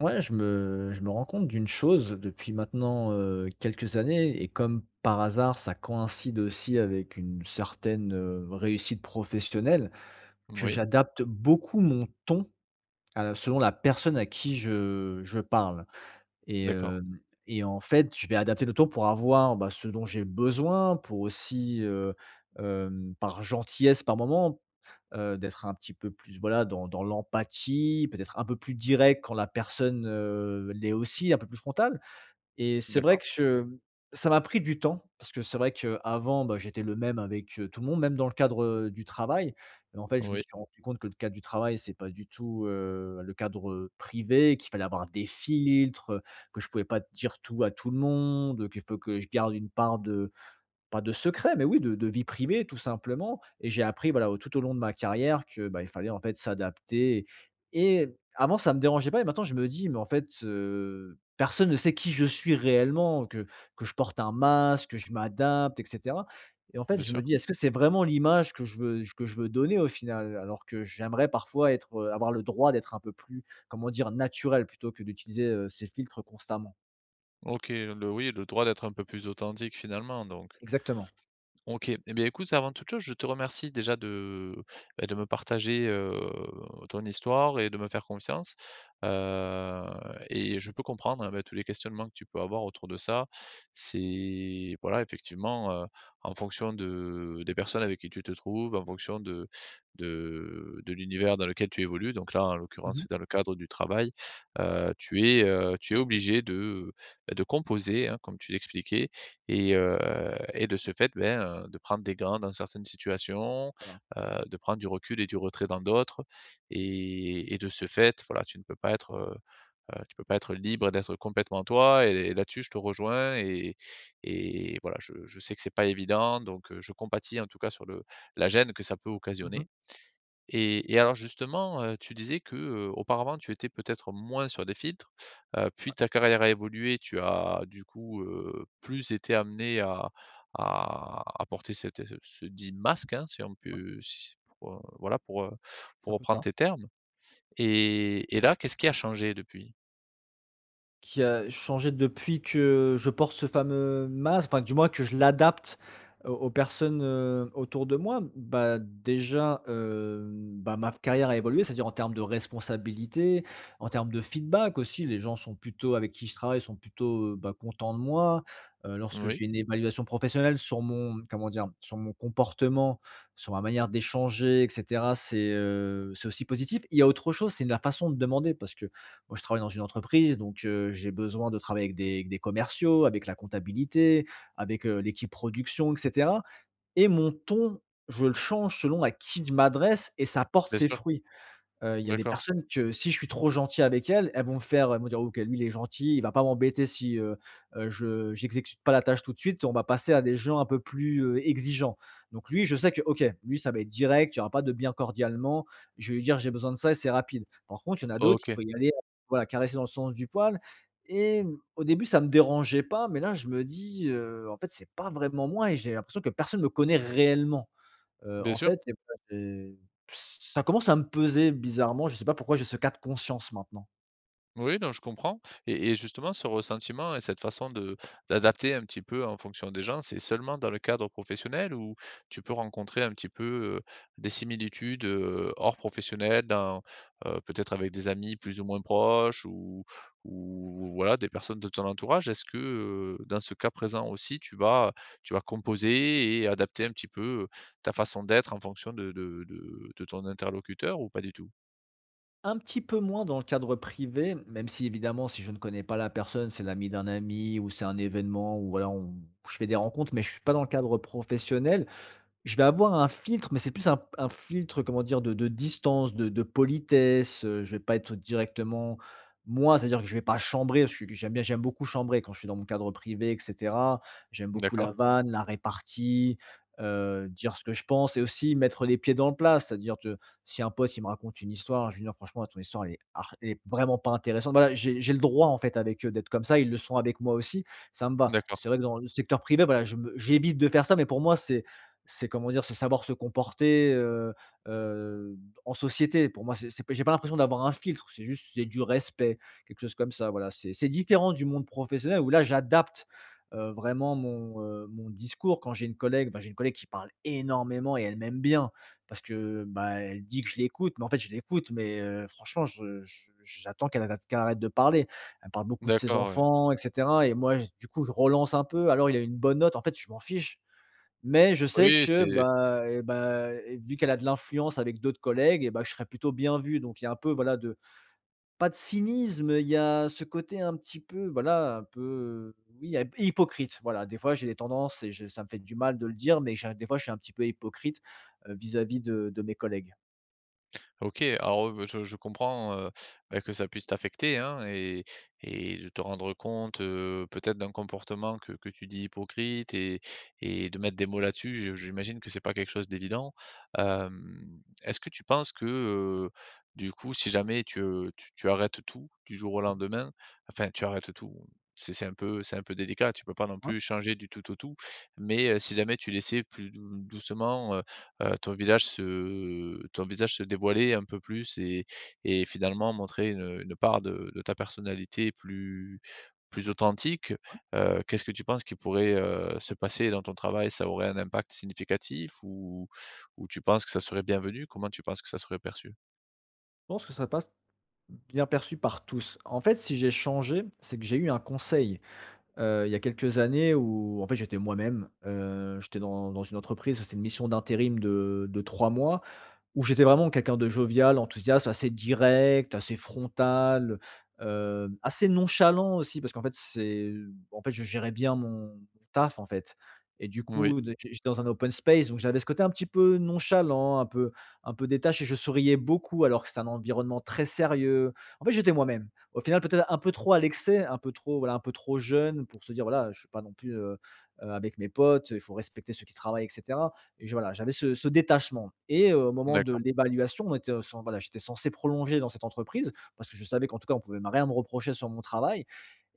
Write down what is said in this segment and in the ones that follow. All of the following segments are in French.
Ouais, je me rends compte d'une chose depuis maintenant, quelques années et comme par hasard, ça coïncide aussi avec une certaine, réussite professionnelle, que Oui, j'adapte beaucoup mon ton à la selon la personne à qui je parle et d'accord, hem et en fait, je vais adapter le ton pour avoir, bah, ce dont j'ai besoin, pour aussi, par gentillesse par moment d'être un petit peu plus, voilà, dans l'empathie, peut-être un peu plus direct quand la personne, l'est aussi, un peu plus frontale et c'est vrai d'accord, que je ça m'a pris du temps parce que c'est vrai qu'avant, bah, j'étais le même avec, tout le monde, même dans le cadre, du travail et en fait, je me oui, suis rendu compte que le cadre du travail, c'est pas du tout, le cadre, privé, qu'il fallait avoir des filtres, que je pouvais pas dire tout à tout le monde, qu'il faut que je garde une part de pas de secret, mais oui, de vie privée tout simplement et j'ai appris voilà, au tout au long de ma carrière que, bah, il fallait en fait s'adapter et avant ça me dérangeait pas et maintenant je me dis: «Mais en fait, personne ne sait qui je suis réellement, que je porte un masque, que je m'adapte et cetera.» Et en fait bien je me sûr. dis: «Est-ce que c'est vraiment l'image que je veux donner au final?» Alors que j'aimerais parfois être, avoir le droit d'être un peu plus, comment dire? Naturel plutôt que d'utiliser, ces filtres constamment. OK, le oui, le droit d'être un peu plus authentique finalement donc, Exactement. OK. Eh bien, écoute, avant toute chose, je te remercie déjà de, bah, de me partager, ton histoire et de me faire confiance, heu et je peux comprendre, hein, bah, tous les questionnements que tu peux avoir autour de ça. C'est voilà, effectivement, en fonction de des personnes avec qui tu te trouves, en fonction de l'univers dans lequel tu évolues, donc là, en l'occurrence, Mmh. c'est dans le cadre du travail, tu es obligé de, bah, de composer, hein, comme tu l'expliquais. Et et de ce fait, ben, de prendre des gants dans certaines situations, Voilà. De prendre du recul et du retrait dans d'autres et de ce fait, voilà, tu ne peux pas être, tu peux pas être libre d'être complètement toi et là-dessus, je te rejoins et voilà, je sais que c'est pas évident donc je compatis en tout cas sur le la gêne que ça peut Mmh. occasionner. Et alors justement, tu disais que, auparavant tu étais peut-être moins sur des filtres, Ouais, puis ta carrière a évolué, tu as du coup, plus été amené à porter cet ce ce dit masque, hein, si on ouais, peut si pour, voilà c'est un pour peu reprendre ça. tes termes et là, qu'est-ce qui a changé depuis? Qui a changé depuis que je porte ce fameux masque, enfin, du moins que je l'adapte aux personnes, autour de moi. Bah, déjà, bah, ma carrière a évolué, c'est-à-dire en termes de responsabilité, en termes de feedback aussi. Les gens sont plutôt avec qui je travaille sont plutôt, bah, contents de moi. Lorsque Oui, j'ai une évaluation professionnelle sur mon comment dire? Sur mon comportement, sur ma manière d'échanger et cetera, c'est aussi positif. Il y a autre chose, c'est la façon de demander parce que moi, je travaille dans une entreprise, donc j'ai besoin de travailler avec des commerciaux, avec la comptabilité, avec, l'équipe production et cetera et mon ton, je le change selon à qui je m'adresse et ça porte bien ses sûr, fruits. Il y a des d'accord. personnes que si je suis trop gentil avec elles, elles vont me faire elles vont dire: «OK, lui il est gentil, il va pas m'embêter si, je j'exécute pas la tâche tout de suite.» On va passer à des gens un peu plus, exigeants. Donc lui, je sais que, OK, lui ça va être direct, il y aura pas de bien cordialement. Je vais lui dire: «J'ai besoin de ça» et c'est rapide. Par contre, il y en a d'autres, il OK, faut y aller, voilà, caresser dans le sens du poil et mmh, au début ça me dérangeait pas, mais là je me dis, «En fait, c'est pas vraiment moi» et j'ai l'impression que personne me connaît réellement. Bien En sûr. fait, et bah, c'est ça commence à me peser bizarrement, je ne sais pas pourquoi j'ai ce cas de conscience maintenant. Oui, non, je comprends et justement ce ressentiment et cette façon de d'adapter un petit peu en fonction des gens, c'est seulement dans le cadre professionnel ou tu peux rencontrer un petit peu, des similitudes, hors professionnel dans, peut-être avec des amis plus ou moins proches ou voilà des personnes de ton entourage? Est-ce que, dans ce cas présent aussi tu vas composer et adapter un petit peu, ta façon d'être en fonction de ton interlocuteur ou pas du tout? Un petit peu moins dans le cadre privé, même si évidemment, si je ne connais pas la personne, c'est l'ami d'un ami ou c'est un événement ou voilà, on je fais des rencontres, mais je suis pas dans le cadre professionnel. Je vais avoir un filtre, mais c'est plus un filtre, comment dire, de distance, de politesse, je vais pas être directement moi, c'est-à-dire que je vais pas chambrer, je suis j'aime bien j'aime beaucoup chambrer quand je suis dans mon cadre privé et cetera. J'aime beaucoup D'accord, la Mmh. vanne, la répartie, dire ce que je pense et aussi mettre les pieds dans le plat. C'est-à-dire que si un pote, il me raconte une histoire, je lui dis: franchement, ton histoire, elle est vraiment pas intéressante.» Voilà, j'ai le droit, en fait, avec eux d'être comme ça, ils le sont avec moi aussi, ça me va. d'accord, C'est vrai que dans le secteur privé, voilà, je me j'évite de faire ça, mais pour moi, c'est comment dire? C'est savoir se comporter, heu, en société. Pour moi, c'est pas j'ai pas l'impression d'avoir un filtre, c'est du respect, quelque chose comme ça, voilà. C'est différent du monde professionnel où là, j'adapte, vraiment mon, mon discours. Quand j'ai une collègue bah, j'ai une collègue qui parle énormément et elle m'aime bien parce que, bah, elle dit que je l'écoute, mais en fait, je l'écoute, mais franchement, je j'attends qu'elle arrête de parler. Elle parle beaucoup de ses d'accord, ouais. enfants et cetera et moi, j du coup, je relance un peu: «Alors, il a une bonne note?» En fait, je m'en fiche. Mais je sais Oui, que, c'est bah, et vu qu'elle a de l'influence avec d'autres collègues et bah, je serais plutôt bien vu. Donc il y a un peu voilà de pas de cynisme, il y a ce côté un petit peu voilà, un peu, oui, hypocrite. Voilà, des fois j'ai des tendances et je ça me fait du mal de le dire, mais j'ai des fois je suis un petit peu hypocrite, vis-à-vis de mes collègues. OK. Alors, je comprends, bah, que ça puisse t'affecter, hein et de te rendre compte, peut-être d'un comportement que tu dis hypocrite et de mettre des mots là-dessus, je j'imagine que c'est pas quelque chose d'évident. Est-ce que tu penses que, du coup, si jamais tu, tu arrêtes tout du jour au Mmh. lendemain, enfin, tu arrêtes tout, c'est un peu c'est un peu délicat, tu peux pas non Ouais, plus changer du tout au tout, mais si jamais tu laissais plus doucement, ton visage se dévoiler un peu plus et finalement montrer une part de ta personnalité plus plus authentique, qu'est-ce que tu penses qui pourrait, se passer dans ton travail? Ça aurait un impact significatif ou tu penses que ça serait bienvenu? Comment tu penses que ça serait perçu? je pense que ça passe. Bien perçu par tous. En fait, si j'ai changé, c'est que j'ai eu un conseil, il y a quelques années où en fait, j'étais moi-même, j'étais dans une entreprise, c'était une mission d'intérim de 3 mois où j'étais vraiment quelqu'un de jovial, enthousiaste, assez direct, assez frontal, assez nonchalant aussi parce qu'en fait c'est en fait je gérais bien mon taf en fait et du Oui, coup de j'étais dans un open space donc j'avais ce côté un petit peu nonchalant, un peu détaché, je souriais beaucoup alors que c'est un environnement très sérieux. En fait, j'étais moi-même. Au final peut-être un peu trop à l'excès, un peu trop voilà, un peu trop jeune pour se dire voilà, je suis pas non plus, avec mes potes, il faut respecter ceux qui travaillent etc. Et je voilà, j'avais ce détachement et au moment de d'accord. l'évaluation, on était, voilà, j'étais censé prolonger dans cette entreprise parce que je savais qu'en tout cas, on pouvait me rien me reprocher sur mon travail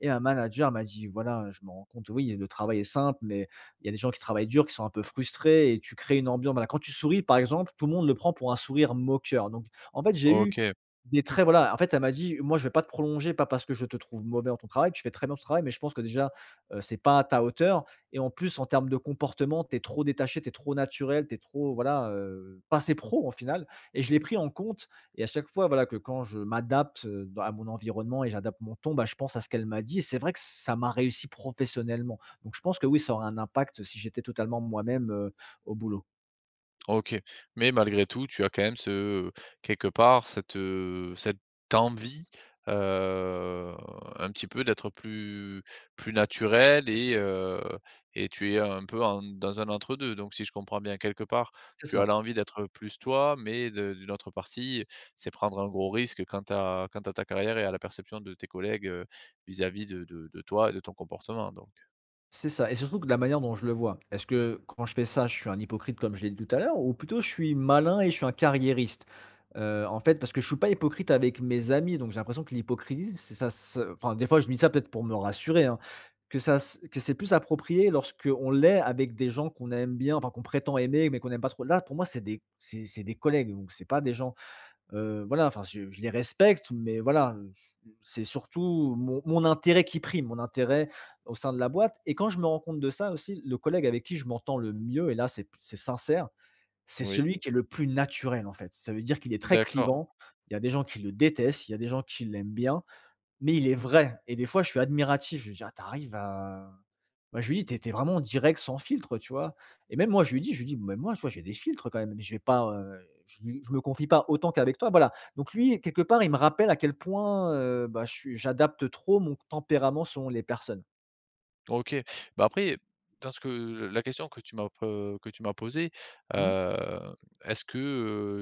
et un manager m'a dit: «Voilà, je me rends compte, oui, le travail est simple, mais il y a des gens qui travaillent dur, qui sont un peu frustrés et tu crées une ambiance.» Voilà, quand tu souris, par exemple, tout le monde le prend pour un sourire moqueur. Donc en fait, j'ai eu OK. des traits voilà, en fait, elle m'a dit: «Moi, je vais pas te prolonger, pas parce que je te trouve mauvais dans ton travail, tu fais très bien ton travail, mais je pense que déjà, c'est pas à ta hauteur» et en plus, en termes de comportement, t'es trop détaché, t'es trop naturel, t'es trop, voilà, pas assez pro en final et je l'ai pris en compte et à chaque fois, voilà, que quand je m'adapte, dans à mon environnement et j'adapte mon ton, bah, je pense à ce qu'elle m'a dit et c'est vrai que ça m'a réussi professionnellement. Donc je pense que oui, ça aurait un impact si j'étais totalement moi-même, au boulot. OK, mais malgré tout, tu as quand même ce, quelque part cette, cette envie, heu, un petit peu d'être plus plus naturel et et tu es un peu en dans un entre 2. Donc si je comprends bien, quelque part, C'est tu as ça. l'envie d'être plus toi, mais de d'une autre partie, c'est prendre un gros risque quant à ta carrière et à la perception de tes collègues, vis-à-vis de toi et de ton comportement donc. C'est ça et surtout que de la manière dont je le vois. Est-ce que quand je fais ça, je suis un hypocrite comme je l'ai dit tout à l'heure ou plutôt je suis malin et je suis un carriériste? En fait, parce que je suis pas hypocrite avec mes amis, donc j'ai l'impression que l'hypocrisie, c'est ça se enfin, des fois, je dis ça peut-être pour me rassurer, hein, que ça s que c'est plus approprié lorsqu'on l'est avec des gens qu'on aime bien, enfin qu'on prétend aimer, mais qu'on aime pas trop. Là, pour moi, c'est des collègues, donc c'est pas des gens. Voilà, enfin, je les respecte, mais voilà, c'est surtout mon intérêt qui prime, mon intérêt au sein de la boîte et quand je me rends compte de ça aussi, le collègue avec qui je m'entends le mieux et là c'est sincère, c'est Oui, celui qui est le plus naturel, en fait. Ça veut dire qu'il est très d'accord. clivant, il y a des gens qui le détestent, il y a des gens qui l'aiment bien mais il est vrai et des fois je suis admiratif, je lui dis: «Ah t'arrives à» bah, je lui dis: t'es es vraiment direct sans filtre», tu vois? Et même moi je lui dis: «Mais moi tu vois j'ai des filtres quand même, mais je vais pas, je me confie pas autant qu'avec toi», voilà. Donc lui quelque part il me rappelle à quel point, bah, je suis j'adapte trop mon tempérament selon les personnes. OK. Bah, après, dans ce que la question que tu m'as pe que tu m'as posée, Mmh, heu, est-ce que,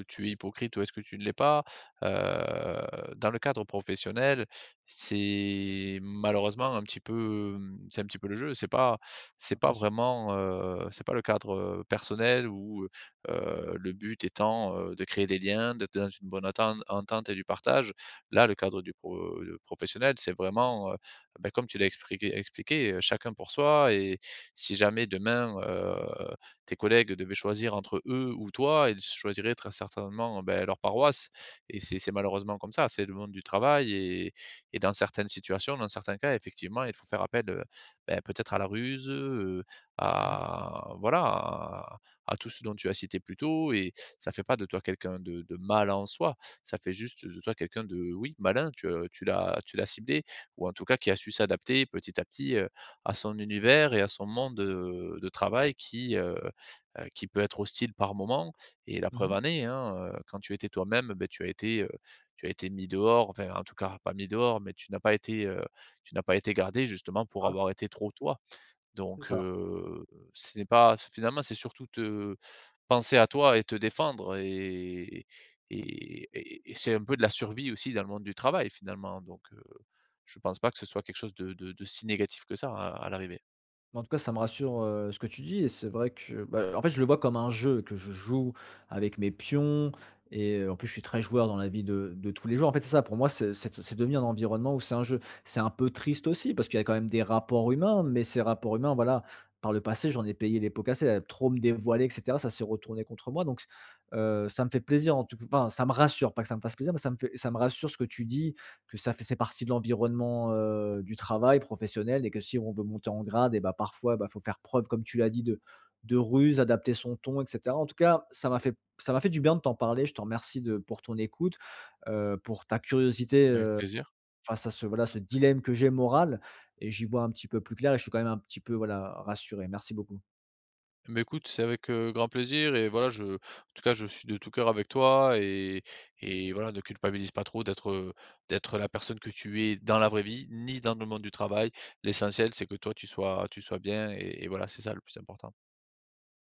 tu es hypocrite ou est-ce que tu ne l'es pas? Dans le cadre professionnel, c'est malheureusement un petit peu, mmh, c'est un petit peu le jeu. C'est pas impression. vraiment, c'est pas le cadre, personnel où, le but étant, de créer des liens, d'être dans une bonne entente et du partage. Là, le cadre du pro professionnel, c'est vraiment, bah, comme tu l'as expliqué, chacun pour soi et si jamais demain, tes collègues devaient choisir entre eux ou toi, ils choisiraient très certainement, bah, leur paroisse et c'est malheureusement comme ça. C'est le monde du travail et dans certaines situations, dans certains cas, effectivement, il faut faire appel, bah, peut-être à la ruse, Mmh mh. à voilà, à tout ce dont tu as cité plus tôt et ça fait pas de toi quelqu'un de mal en soi. Ça fait juste de toi quelqu'un de, oui, malin, tu, tu l'as ciblé ou en tout cas qui a su s'adapter petit à petit, à son univers et à son monde, de travail qui peut être hostile par moment et la preuve Mmh. en est, hein, quand tu étais toi-même, beh, tu as été mis dehors, enfin en tout cas pas mis dehors, mais tu n'as pas été, tu n'as pas été gardé justement pour Ouais, avoir été trop toi. c'est Donc, ça. Ce n'est pas finalement, c'est surtout te penser à toi et te défendre et et c'est un peu de la survie aussi dans le monde du travail finalement, donc, je pense pas que ce soit quelque chose de si négatif que ça à l'arrivée. En tout cas, ça me rassure, ce que tu dis et c'est vrai que, bah, en fait, je le vois comme un jeu que je joue avec mes pions et en plus, je suis très joueur dans la vie de tous les jours. En fait, c'est ça, pour moi, c'est devenu un environnement où c'est un jeu. C'est un peu triste aussi parce qu'il y a quand même des rapports humains, mais ces rapports humains, voilà, par le passé, j'en ai payé les pots cassés à trop me dévoiler et cetera, ça s'est retourné contre moi donc ça me fait plaisir en tout cas, enfin, ça me rassure, pas que ça me fasse plaisir, mais ça me rassure ce que tu dis que ça fait c'est partie de l'environnement, du travail professionnel et que si on veut monter en grade et bah, parfois, bah, faut faire preuve, comme tu l'as dit, de ruse, adapter son ton et cetera. En tout cas, ça m'a fait du bien de t'en parler. Je te remercie de pour ton écoute, pour ta curiosité, Avec plaisir. face à ce, voilà, ce dilemme que j'ai moral et j'y vois un petit peu plus clair et je suis quand même un petit peu, voilà, rassuré. Merci beaucoup. Mais écoute, c'est avec, grand plaisir et voilà, je en tout cas, je suis de tout cœur avec toi et voilà, ne culpabilise pas trop d'être, d'être la personne que tu es dans la vraie vie, ni dans le monde du travail. L'essentiel, c'est que toi, tu sois bien et voilà, c'est ça le plus important.